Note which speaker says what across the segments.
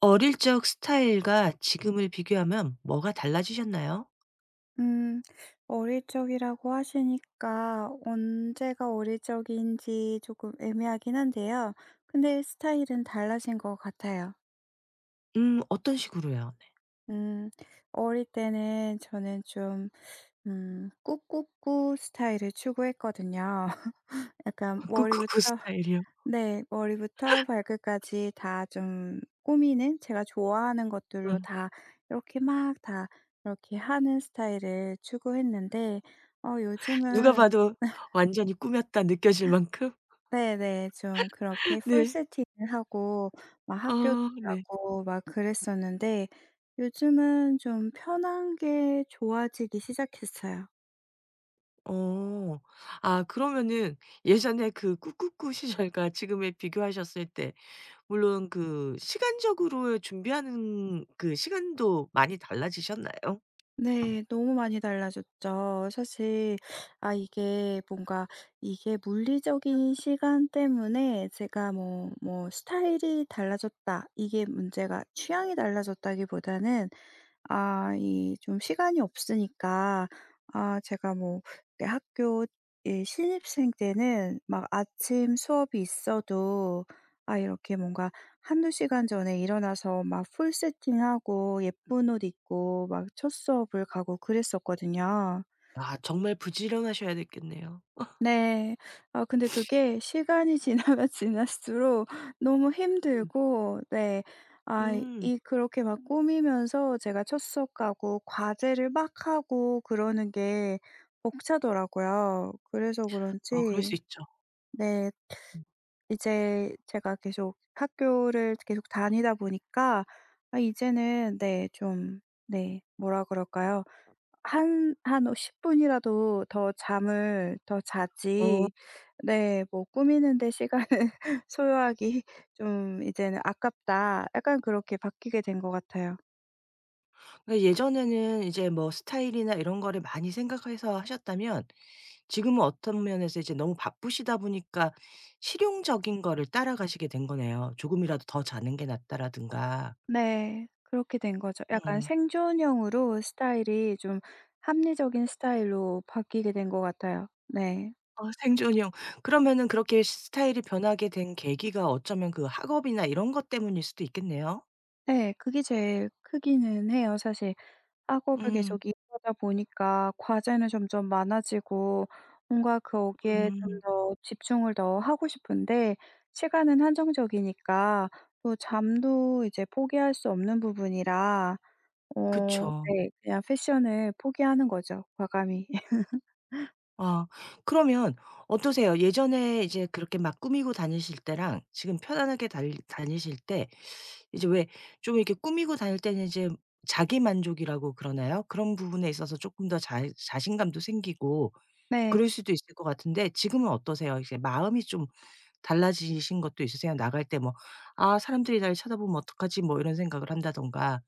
Speaker 1: 어릴 적 스타일과 지금을 비교하면 뭐가 달라지셨나요?
Speaker 2: 음. 어릴 적이라고 하시니까 언제가 어릴 적인지 조금 애매하긴 한데요. 근데 스타일은 달라진 것 같아요.
Speaker 1: 어떤 식으로요? 네.
Speaker 2: 음. 어릴 때는 저는 좀 꾸꾸꾸 스타일을 추구했거든요. 약간
Speaker 1: 꾸꾸꾸
Speaker 2: 머리부터.
Speaker 1: 스타일이요.
Speaker 2: 네. 머리부터 발끝까지 다 좀 꾸미는 제가 좋아하는
Speaker 1: 어.
Speaker 2: 것들로 다 이렇게 막 다 이렇게 하는 스타일을 추구했는데
Speaker 1: 누가
Speaker 2: 요즘은.
Speaker 1: 봐도 완전히 꾸몄다 느껴질 만큼?
Speaker 2: 네네. 좀 그렇게 풀
Speaker 1: 네.
Speaker 2: 세팅을 하고 막 학교도
Speaker 1: 아 네.
Speaker 2: 가고 막 그랬었는데 요즘은 좀 편한 게 좋아지기 시작했어요.
Speaker 1: 어. 아 그러면은 예전에 그 꾸꾸꾸 시절과 지금에 비교하셨을 때 물론 그 시간적으로 준비하는 그 시간도 많이 달라지셨나요?
Speaker 2: 네. 너무 많이 달라졌죠, 사실. 이게 뭔가 이게 물리적인 시간 때문에 제가 뭐 '스타일이 달라졌다.' 이게 문제가 취향이 달라졌다기보다는 이 좀 시간이 없으니까. 제가 뭐 이렇게 학교, 이 신입생 때는 막 아침 수업이 있어도 이렇게 뭔가 한두 시간 전에 일어나서 막 풀 세팅하고 예쁜 옷 입고 막 첫 수업을 가고 그랬었거든요.
Speaker 1: 아 정말 부지런하셔야 됐겠네요.
Speaker 2: 네. 근데 그게 시간이 지나면 지날수록 너무
Speaker 1: 음.
Speaker 2: 힘들고. 네. 이
Speaker 1: 음.
Speaker 2: 이 그렇게 막 꾸미면서 제가 첫 수업 가고 과제를 막 하고 그러는 게 벅차더라고요. 그래서
Speaker 1: 아 그럴 수
Speaker 2: 그런지
Speaker 1: 있죠.
Speaker 2: 네, 이제 제가 계속 학교를 계속 다니다 보니까 이제는, 네, 좀, 네, 뭐라 그럴까요? 한 10분 분이라도 더 잠을 더
Speaker 1: 어.
Speaker 2: 자지, 네, 뭐, '꾸미는 데 시간을 소요하기 좀 이제는 아깝다.' 약간 그렇게 바뀌게 된 것 같아요.
Speaker 1: 그 예전에는 이제 뭐 스타일이나 이런 거를 많이 생각해서 하셨다면 지금은 어떤 면에서 이제 너무 바쁘시다 보니까 실용적인 거를 따라가시게 된 거네요. 조금이라도 더 자는 게 낫다라든가.
Speaker 2: 네, 그렇게 된 거죠. 약간
Speaker 1: 음.
Speaker 2: 생존형으로 스타일이 좀 합리적인 스타일로 바뀌게 된 것 같아요. 네.
Speaker 1: 어 생존형. 그러면은 그렇게 스타일이 변하게 된 계기가 어쩌면 그 학업이나 이런 것 때문일 수도 있겠네요.
Speaker 2: 네, 그게 제일 크기는 해요, 사실. 학업을
Speaker 1: 음.
Speaker 2: 계속 이어가다 보니까 과제는 점점 많아지고 뭔가 거기에 좀
Speaker 1: 음.
Speaker 2: 더 집중을 더 하고 싶은데 시간은 한정적이니까, 또 잠도 이제 포기할 수 없는 부분이라
Speaker 1: 그쵸.
Speaker 2: 네, 그냥 패션을 포기하는 거죠, 과감히.
Speaker 1: 아 그러면 어떠세요? 예전에 이제 그렇게 막 꾸미고 다니실 때랑 지금 편안하게 달 다니실 때 이제 왜 좀 이렇게 꾸미고 다닐 때는 이제 자기 만족이라고 그러나요? 그런 부분에 있어서 쪼끔 더 자 자신감도 생기고 그럴
Speaker 2: 네.
Speaker 1: 수도 있을 것 같은데 지금은 어떠세요? 이제 마음이 좀 달라지신 것도 있으세요? 나갈 때 뭐 '아 사람들이 나를 쳐다보면 어떡하지?' 뭐 이런 생각을 한다든가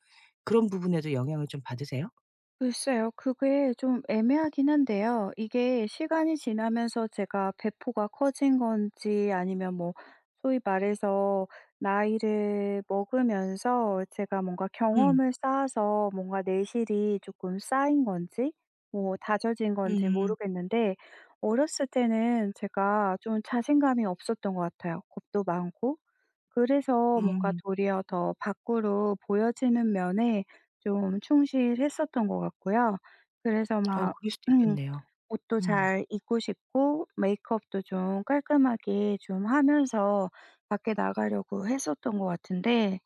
Speaker 1: 그런 부분에도 영향을 좀 받으세요?
Speaker 2: 글쎄요, 그게 좀 애매하긴 한데요. 이게 시간이 지나면서 제가 배포가 커진 건지, 아니면 뭐 소위 말해서 나이를 먹으면서 제가 뭔가
Speaker 1: 음.
Speaker 2: 경험을 쌓아서 뭔가 내실이 조금 쌓인 건지, 뭐 다져진 건지
Speaker 1: 음.
Speaker 2: 모르겠는데 어렸을 때는 제가 좀 자신감이 없었던 것 같아요. 겁도 많고, 그래서 뭔가
Speaker 1: 음.
Speaker 2: 도리어 더 밖으로 보여지는 면에 좀 충실했었던 것 같고요. 그래서
Speaker 1: 어
Speaker 2: 막
Speaker 1: 그럴 수도 있겠네요.
Speaker 2: 옷도
Speaker 1: 음.
Speaker 2: 잘 입고 싶고, 메이크업도 좀 깔끔하게 좀 하면서 밖에 나가려고 했었던 것 같은데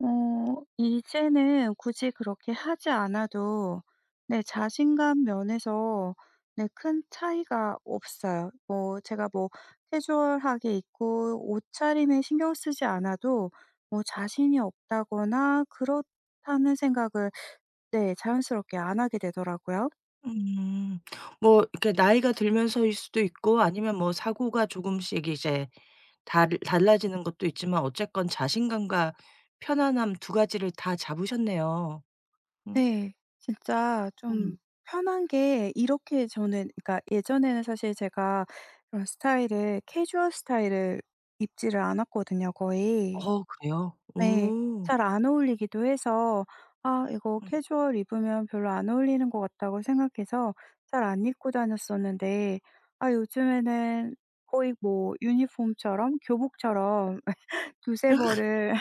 Speaker 2: 이제는 굳이 그렇게 하지 않아도 내 자신감 면에서, 네, 큰 차이가 없어요. 뭐 제가 뭐 캐주얼하게 입고 옷차림에 신경 쓰지 않아도 뭐 자신이 없다거나 그렇다는 생각을, 네, 자연스럽게 안 하게 되더라고요.
Speaker 1: 음. 뭐 이렇게 나이가 들면서일 수도 있고 아니면 뭐 사고가 조금씩 이제 달 달라지는 것도 있지만 어쨌건 자신감과 편안함 두 가지를 다 잡으셨네요. 응,
Speaker 2: 네, 진짜
Speaker 1: 음.
Speaker 2: 좀 편한 게, 이렇게 저는, 그러니까 예전에는 사실 제가 그런 스타일을, 캐주얼 스타일을 입지를 않았거든요 거의.
Speaker 1: 어 그래요?
Speaker 2: 네.
Speaker 1: 오.
Speaker 2: 잘 안 어울리기도 해서 '아 이거 캐주얼 입으면 별로 안 어울리는 것 같다.'고 생각해서 잘 안 입고 다녔었는데 요즘에는 거의 뭐 유니폼처럼 교복처럼 두세 벌을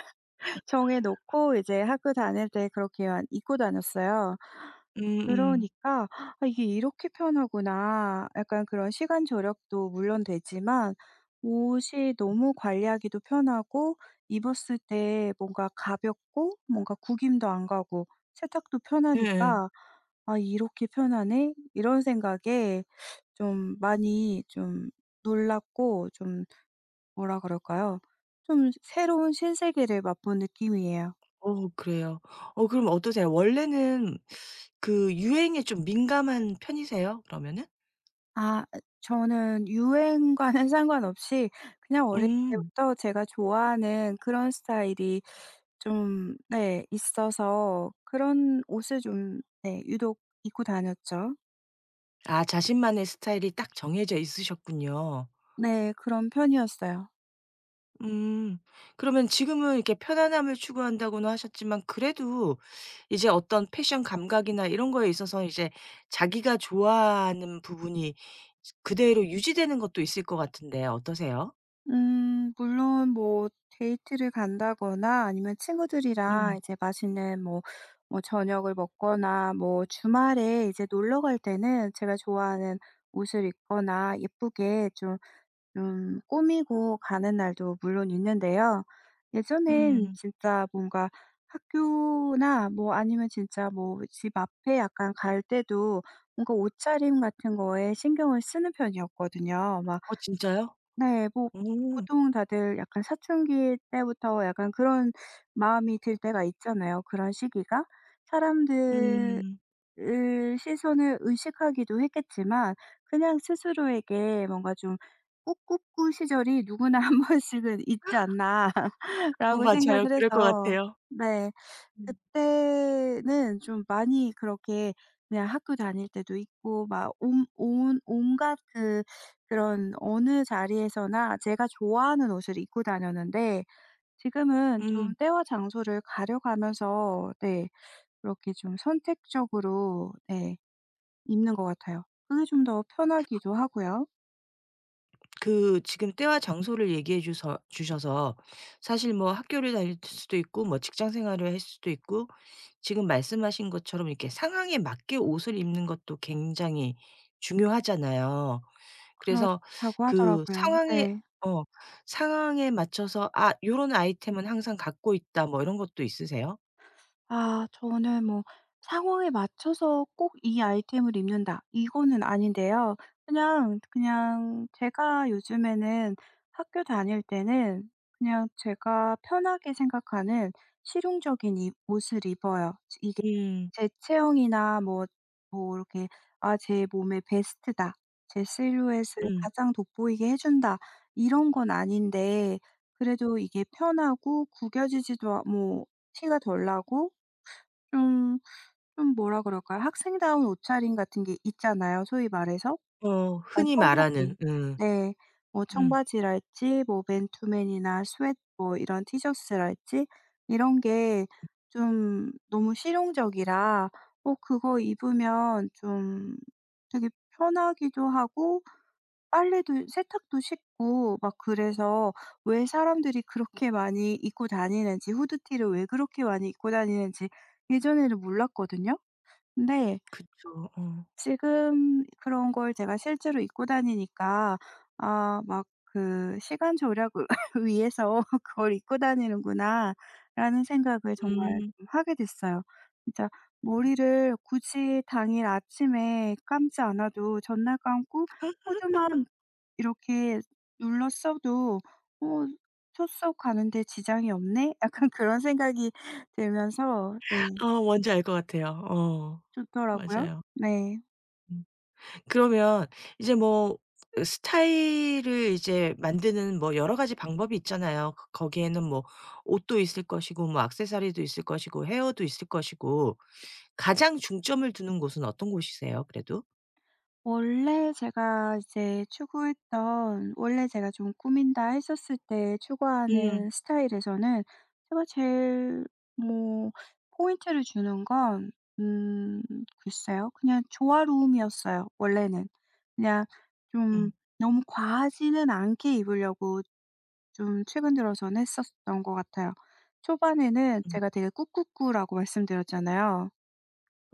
Speaker 2: 정해 놓고 이제 학교 다닐 때 그렇게만 입고 다녔어요.
Speaker 1: 음음.
Speaker 2: 그러니까 '아 이게 이렇게 편하구나.' 약간 그런 시간 절약도 물론 되지만 옷이 너무 관리하기도 편하고 입었을 때 뭔가 가볍고 뭔가 구김도 안 가고 세탁도
Speaker 1: 예예.
Speaker 2: 편하니까 '아 이렇게 편하네.' 이런 생각에 좀 많이 좀 놀랐고, 좀 뭐라 그럴까요? 좀 새로운 신세계를 맛본 느낌이에요.
Speaker 1: 어 그래요. 어 그럼 어떠세요? 원래는 그 유행에 좀 민감한 편이세요? 그러면은?
Speaker 2: 아 아 저는 유행과는 상관없이 그냥 어릴
Speaker 1: 음.
Speaker 2: 때부터 제가 좋아하는 그런 스타일이 좀, 네, 있어서 그런 옷을 좀, 네, 유독 입고 다녔죠.
Speaker 1: 아 자신만의 스타일이 딱 정해져 있으셨군요.
Speaker 2: 네, 그런 편이었어요.
Speaker 1: 음. 그러면 지금은 이렇게 편안함을 추구한다고는 하셨지만 그래도 이제 어떤 패션 감각이나 이런 거에 있어서 이제 자기가 좋아하는 부분이 그대로 유지되는 것도 있을 것 같은데 어떠세요?
Speaker 2: 물론 뭐 데이트를 간다거나 아니면 친구들이랑
Speaker 1: 음.
Speaker 2: 이제 맛있는 뭐 뭐 저녁을 먹거나 뭐 주말에 이제 놀러 갈 때는 제가 좋아하는 옷을 입거나 예쁘게 좀 꾸미고 가는 날도 물론 있는데요. 예전엔
Speaker 1: 음.
Speaker 2: 진짜 뭔가 학교나 뭐 아니면 진짜 뭐 집 앞에 약간 갈 때도 뭔가 옷차림 같은 거에 신경을 쓰는 편이었거든요. 막,
Speaker 1: 어 진짜요?
Speaker 2: 네, 뭐,
Speaker 1: 오.
Speaker 2: 보통 다들 약간 사춘기 때부터 약간 그런 마음이 들 때가 있잖아요, 그런 시기가. 사람들
Speaker 1: 음.
Speaker 2: 을 시선을 의식하기도 했겠지만 그냥 스스로에게 뭔가 좀 '꾸꾸꾸 시절이 누구나 한 번씩은 있지 않나.'라고
Speaker 1: 어 맞아요.
Speaker 2: 생각을
Speaker 1: 그럴 것
Speaker 2: 해서,
Speaker 1: 같아요.
Speaker 2: 네,
Speaker 1: 음.
Speaker 2: 그때는 좀 많이 그렇게, 그냥 학교 다닐 때도 있고 막온 온 온갖 그, 그런 어느 자리에서나 제가 좋아하는 옷을 입고 다녔는데 지금은
Speaker 1: 음.
Speaker 2: 좀 때와 장소를 가려가면서, 네, 그렇게 좀 선택적으로, 네, 입는 것 같아요. 그게 좀 더 편하기도 하고요.
Speaker 1: 그 지금 때와 장소를 얘기해 주셔서 사실 뭐 학교를 다닐 수도 있고 뭐 직장 생활을 할 수도 있고 지금 말씀하신 것처럼 이렇게 상황에 맞게 옷을 입는 것도 굉장히 중요하잖아요. 그래서
Speaker 2: 그렇다고
Speaker 1: 그
Speaker 2: 하더라고요.
Speaker 1: 상황에
Speaker 2: 네.
Speaker 1: 어 상황에 맞춰서 '아 요런 아이템은 항상 갖고 있다.' 뭐 이런 것도 있으세요?
Speaker 2: 저는 뭐 상황에 맞춰서 꼭 이 아이템을 입는다 이거는 아닌데요. 그냥 제가 요즘에는 학교 다닐 때는 그냥 제가 편하게 생각하는 실용적인 이 옷을 입어요.
Speaker 1: 음.
Speaker 2: 제 체형이나, 뭐 뭐 이렇게 '아 제 몸의 베스트다. 제 실루엣을
Speaker 1: 음.
Speaker 2: 가장 돋보이게 해 준다.' 이런 건 아닌데, 그래도 이게 편하고 구겨지지도, 뭐 티가 덜 나고 좀 좀 뭐라 그럴까요? 학생다운 옷차림 같은 게 있잖아요, 소위 말해서.
Speaker 1: 어
Speaker 2: 약간
Speaker 1: 흔히 말하는
Speaker 2: 청바지, 네. 뭐
Speaker 1: 음.
Speaker 2: 청바지랄지 뭐 맨투맨이나 스웨트 뭐 이런 티셔츠랄지, 이런 게 좀 너무 실용적이라, 그거 입으면 좀 되게 편하기도 하고 빨래도 세탁도 쉽고 막 그래서 왜 사람들이 그렇게 많이 입고 다니는지, 후드티를 왜 그렇게 많이 입고 다니는지 예전에는 몰랐거든요. 근데
Speaker 1: 그쵸. 어.
Speaker 2: 지금 그런 걸 제가 실제로 입고 다니니까 막 그 '시간 절약을 위해서 그걸 입고 다니는구나.'라는 생각을 정말
Speaker 1: 음.
Speaker 2: 좀 하게 됐어요. 진짜 머리를 굳이 당일 아침에 감지 않아도 전날 감고 코드만 이렇게 눌러써도 '어 초속 가는데 지장이 없네.' 약간 그런 생각이 들면서, 네,
Speaker 1: 아 뭔지 알 것 같아요. 어.
Speaker 2: 좋더라고요.
Speaker 1: 맞아요.
Speaker 2: 네.
Speaker 1: 음. 그러면 이제 뭐 그 스타일을 이제 만드는 뭐 여러 가지 방법이 있잖아요. 그 거기에는 뭐 옷도 있을 것이고 뭐 액세서리도 있을 것이고 헤어도 있을 것이고 가장 중점을 두는 곳은 어떤 곳이세요 그래도?
Speaker 2: 원래 제가 이제 추구했던, 원래 제가 좀 꾸민다 했었을 때
Speaker 1: 음.
Speaker 2: 추구하는 스타일에서는 제가 제일 뭐 포인트를 주는 건, 음 글쎄요, 그냥 조화로움이었어요 원래는. 그냥 좀
Speaker 1: 음.
Speaker 2: 너무 과하지는 않게 입으려고 좀 최근 들어서는 했었던 것 같아요. 초반에는
Speaker 1: 음.
Speaker 2: 제가 되게 꾸꾸꾸라고 말씀드렸잖아요.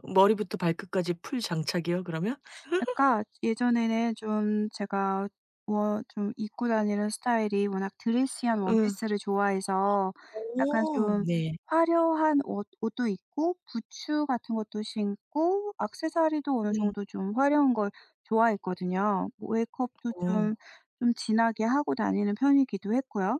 Speaker 1: 머리부터 발끝까지 풀 장착이요 그러면?
Speaker 2: 약간 예전에는 좀 제가 워 좀 입고 다니는 스타일이 워낙 드레시한
Speaker 1: 응.
Speaker 2: 원피스를 좋아해서 약간
Speaker 1: 오,
Speaker 2: 좀
Speaker 1: 네.
Speaker 2: 화려한 옷 옷도 입고 부츠 같은 것도 신고 액세서리도 어느
Speaker 1: 음.
Speaker 2: 정도 좀 화려한 걸 좋아했거든요. 메이크업도
Speaker 1: 어.
Speaker 2: 좀 진하게 하고 다니는 편이기도 했고요.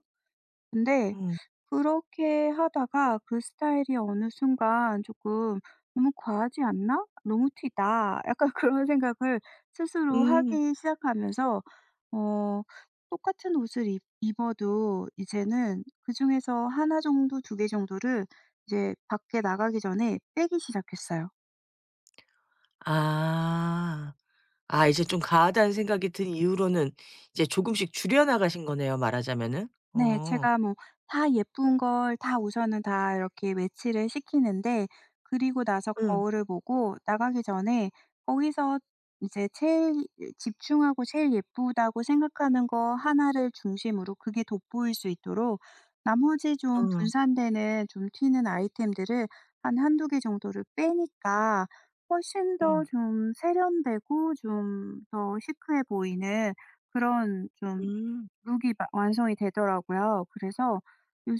Speaker 2: 근데
Speaker 1: 음.
Speaker 2: 그렇게 하다가 그 스타일이 어느 순간 조금 '너무 과하지 않나? 너무 튀다.' 약간 그런 생각을 스스로
Speaker 1: 음.
Speaker 2: 하기 시작하면서 어 똑같은 옷을 입 입어도 이제는 그중에서 하나 정도 두 개 정도를 이제 밖에 나가기 전에 빼기 시작했어요.
Speaker 1: 아. 아 이제 좀 가하다는 생각이 든 이후로는 이제 조금씩 줄여 나가신 거네요 말하자면은.
Speaker 2: 네.
Speaker 1: 어.
Speaker 2: 제가 뭐 다 예쁜 걸 다 우선은 다 이렇게 매치를 시키는데 그리고 나서
Speaker 1: 응.
Speaker 2: 거울을 보고 나가기 전에 거기서 이제 제일 집중하고 제일 예쁘다고 생각하는 거 하나를 중심으로 그게 돋보일 수 있도록 나머지 좀
Speaker 1: 어.
Speaker 2: 분산되는 좀 튀는 아이템들을 한 한두 개 정도를 빼니까 훨씬
Speaker 1: 음.
Speaker 2: 더 좀 세련되고 좀 더 시크해 보이는 그런 좀
Speaker 1: 음.
Speaker 2: 룩이 마 완성이 되더라고요. 그래서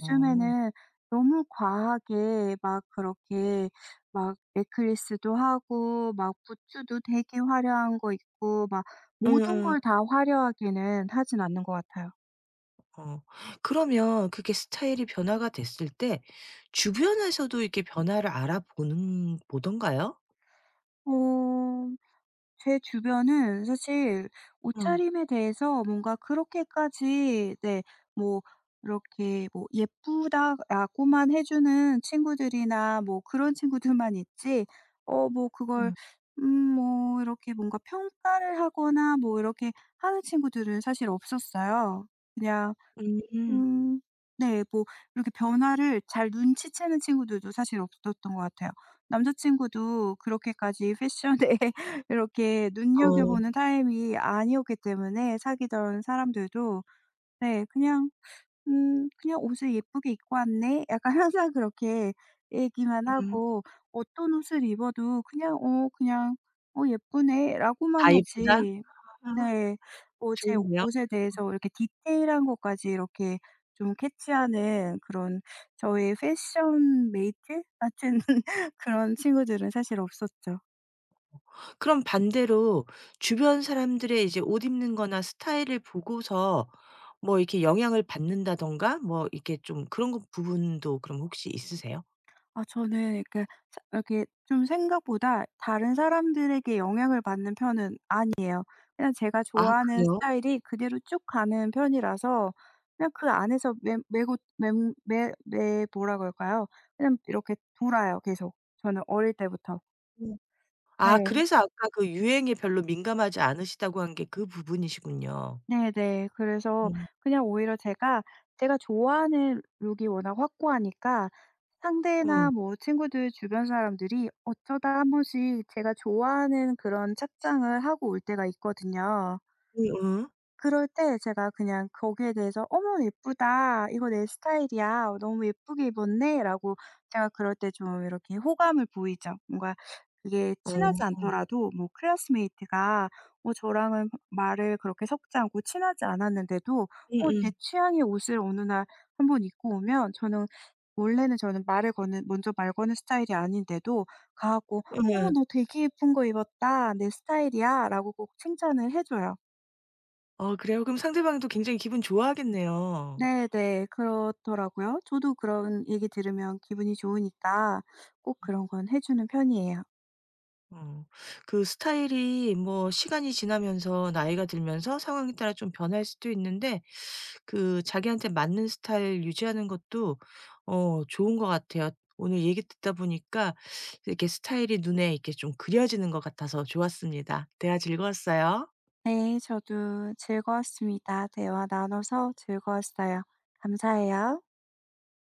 Speaker 1: 어.
Speaker 2: 너무 과하게 막 그렇게 막맥클리스도 하고 막 부츠도 되게 화려한 거 입고 막
Speaker 1: 응
Speaker 2: 모든
Speaker 1: 응
Speaker 2: 걸 다 화려하게는 하진 않는 것 같아요.
Speaker 1: 어. 그러면 그게 스타일이 변화가 됐을 때 주변에서도 이렇게 변화를 알아보는 보던가요?
Speaker 2: 어. 제 주변은 사실
Speaker 1: 어.
Speaker 2: 옷차림에 대해서 뭔가 그렇게까지, 네, 뭐 이렇게 뭐 예쁘다라고만 해 주는 친구들이나 뭐 그런 친구들만 있지 뭐 그걸,
Speaker 1: 음.
Speaker 2: 음 뭐 이렇게 뭔가 평가를 하거나 뭐 이렇게 하는 친구들은 사실 없었어요. 그냥.
Speaker 1: 음.
Speaker 2: 음. 네. 뭐 이렇게 변화를 잘 눈치채는 친구들도 사실 없었던 것 같아요. 남자 친구도 그렇게까지 패션에 이렇게
Speaker 1: 어.
Speaker 2: 눈여겨보는 타임이 아니었기 때문에 사귀던 사람들도, 네, 그냥 '그냥 옷을 예쁘게 입고 왔네.' 약간 항상 그렇게 얘기만
Speaker 1: 음.
Speaker 2: 하고 어떤 옷을 입어도 그냥 "어 그냥 예쁘네."라고만
Speaker 1: 다 예쁘다?
Speaker 2: 하지,
Speaker 1: 아
Speaker 2: 네. 뭐 제
Speaker 1: 좋은데요?
Speaker 2: 옷에 대해서 이렇게 디테일한 것까지 이렇게 좀 캐치하는 그런, 저의 패션 메이트 같은 그런 친구들은 사실 없었죠.
Speaker 1: 그럼 반대로 주변 사람들의 이제 옷 입는 거나 스타일을 보고서 뭐 이렇게 영향을 받는다든가 뭐 이렇게 좀 그런 거 부분도 그럼 혹시 있으세요?
Speaker 2: 저는 이렇게 사 이렇게 좀 생각보다 다른 사람들에게 영향을 받는 편은 아니, 그냥 제가
Speaker 1: 아
Speaker 2: 좋아하는
Speaker 1: 그래요?
Speaker 2: 스타일이 그대로 쭉 가는 편이라서 그냥 그 안에서 매 매고 매 매 매 뭐라 그럴까요? 그냥 이렇게 돌아요 계속, 저는 어릴 때부터.
Speaker 1: 음. 아
Speaker 2: 네.
Speaker 1: 그래서 아까 그 유행에 별로 민감하지 않으시다고 한 게 그 부분이시군요.
Speaker 2: 네네, 그래서
Speaker 1: 음.
Speaker 2: 그냥 오히려 제가 좋아하는 룩이 워낙 확고하니까
Speaker 1: 어.
Speaker 2: 상대나 뭐 친구들 주변 사람들이 어쩌다 한 번씩 제가 좋아하는 그런 착장을 하고 올 때가 있거든요.
Speaker 1: 음음.
Speaker 2: 그럴 때 제가 그냥 거기에 대해서 "어머 예쁘다. 이거 내 스타일이야. 너무 예쁘게 입었네."라고 제가 그럴 때 좀 이렇게 호감을 보이죠. 뭔가 그게 친하지
Speaker 1: 어.
Speaker 2: 않더라도 뭐 클래스메이트가 저랑은 말을 그렇게 섞지 않고 친하지 않았는데도 제
Speaker 1: 음음.
Speaker 2: 취향의 옷을 어느 날 한번 입고 오면 저는, 원래는 저는 말을 거는, 먼저 말 거는 스타일이 아닌데도 가 갖고 "어머
Speaker 1: 예.
Speaker 2: 너 되게 예쁜 거 입었다. 내 스타일이야."라고 꼭 칭찬을 해 줘요.
Speaker 1: 어, 그래요? 그럼 상대방도 굉장히 기분 좋아하겠네요.
Speaker 2: 네네, 그렇더라고요. 저도 그런 얘기 들으면 기분이 좋으니까 꼭 그런 건 해 주는 편이에요.
Speaker 1: 어. 그 스타일이 뭐 시간이 지나면서 나이가 들면서 상황에 따라 좀 변할 수도 있는데 그 자기한테 맞는 스타일 유지하는 것도 어 좋은 것 같아요. 오늘 얘기 듣다 보니까 이렇게 스타일이 눈에 이렇게 좀 그려지는 것 같아서 좋았습니다. 대화 즐거웠어요.
Speaker 2: 네. 저도 즐거웠습니다. 대화 나눠서 즐거웠어요. 감사해요.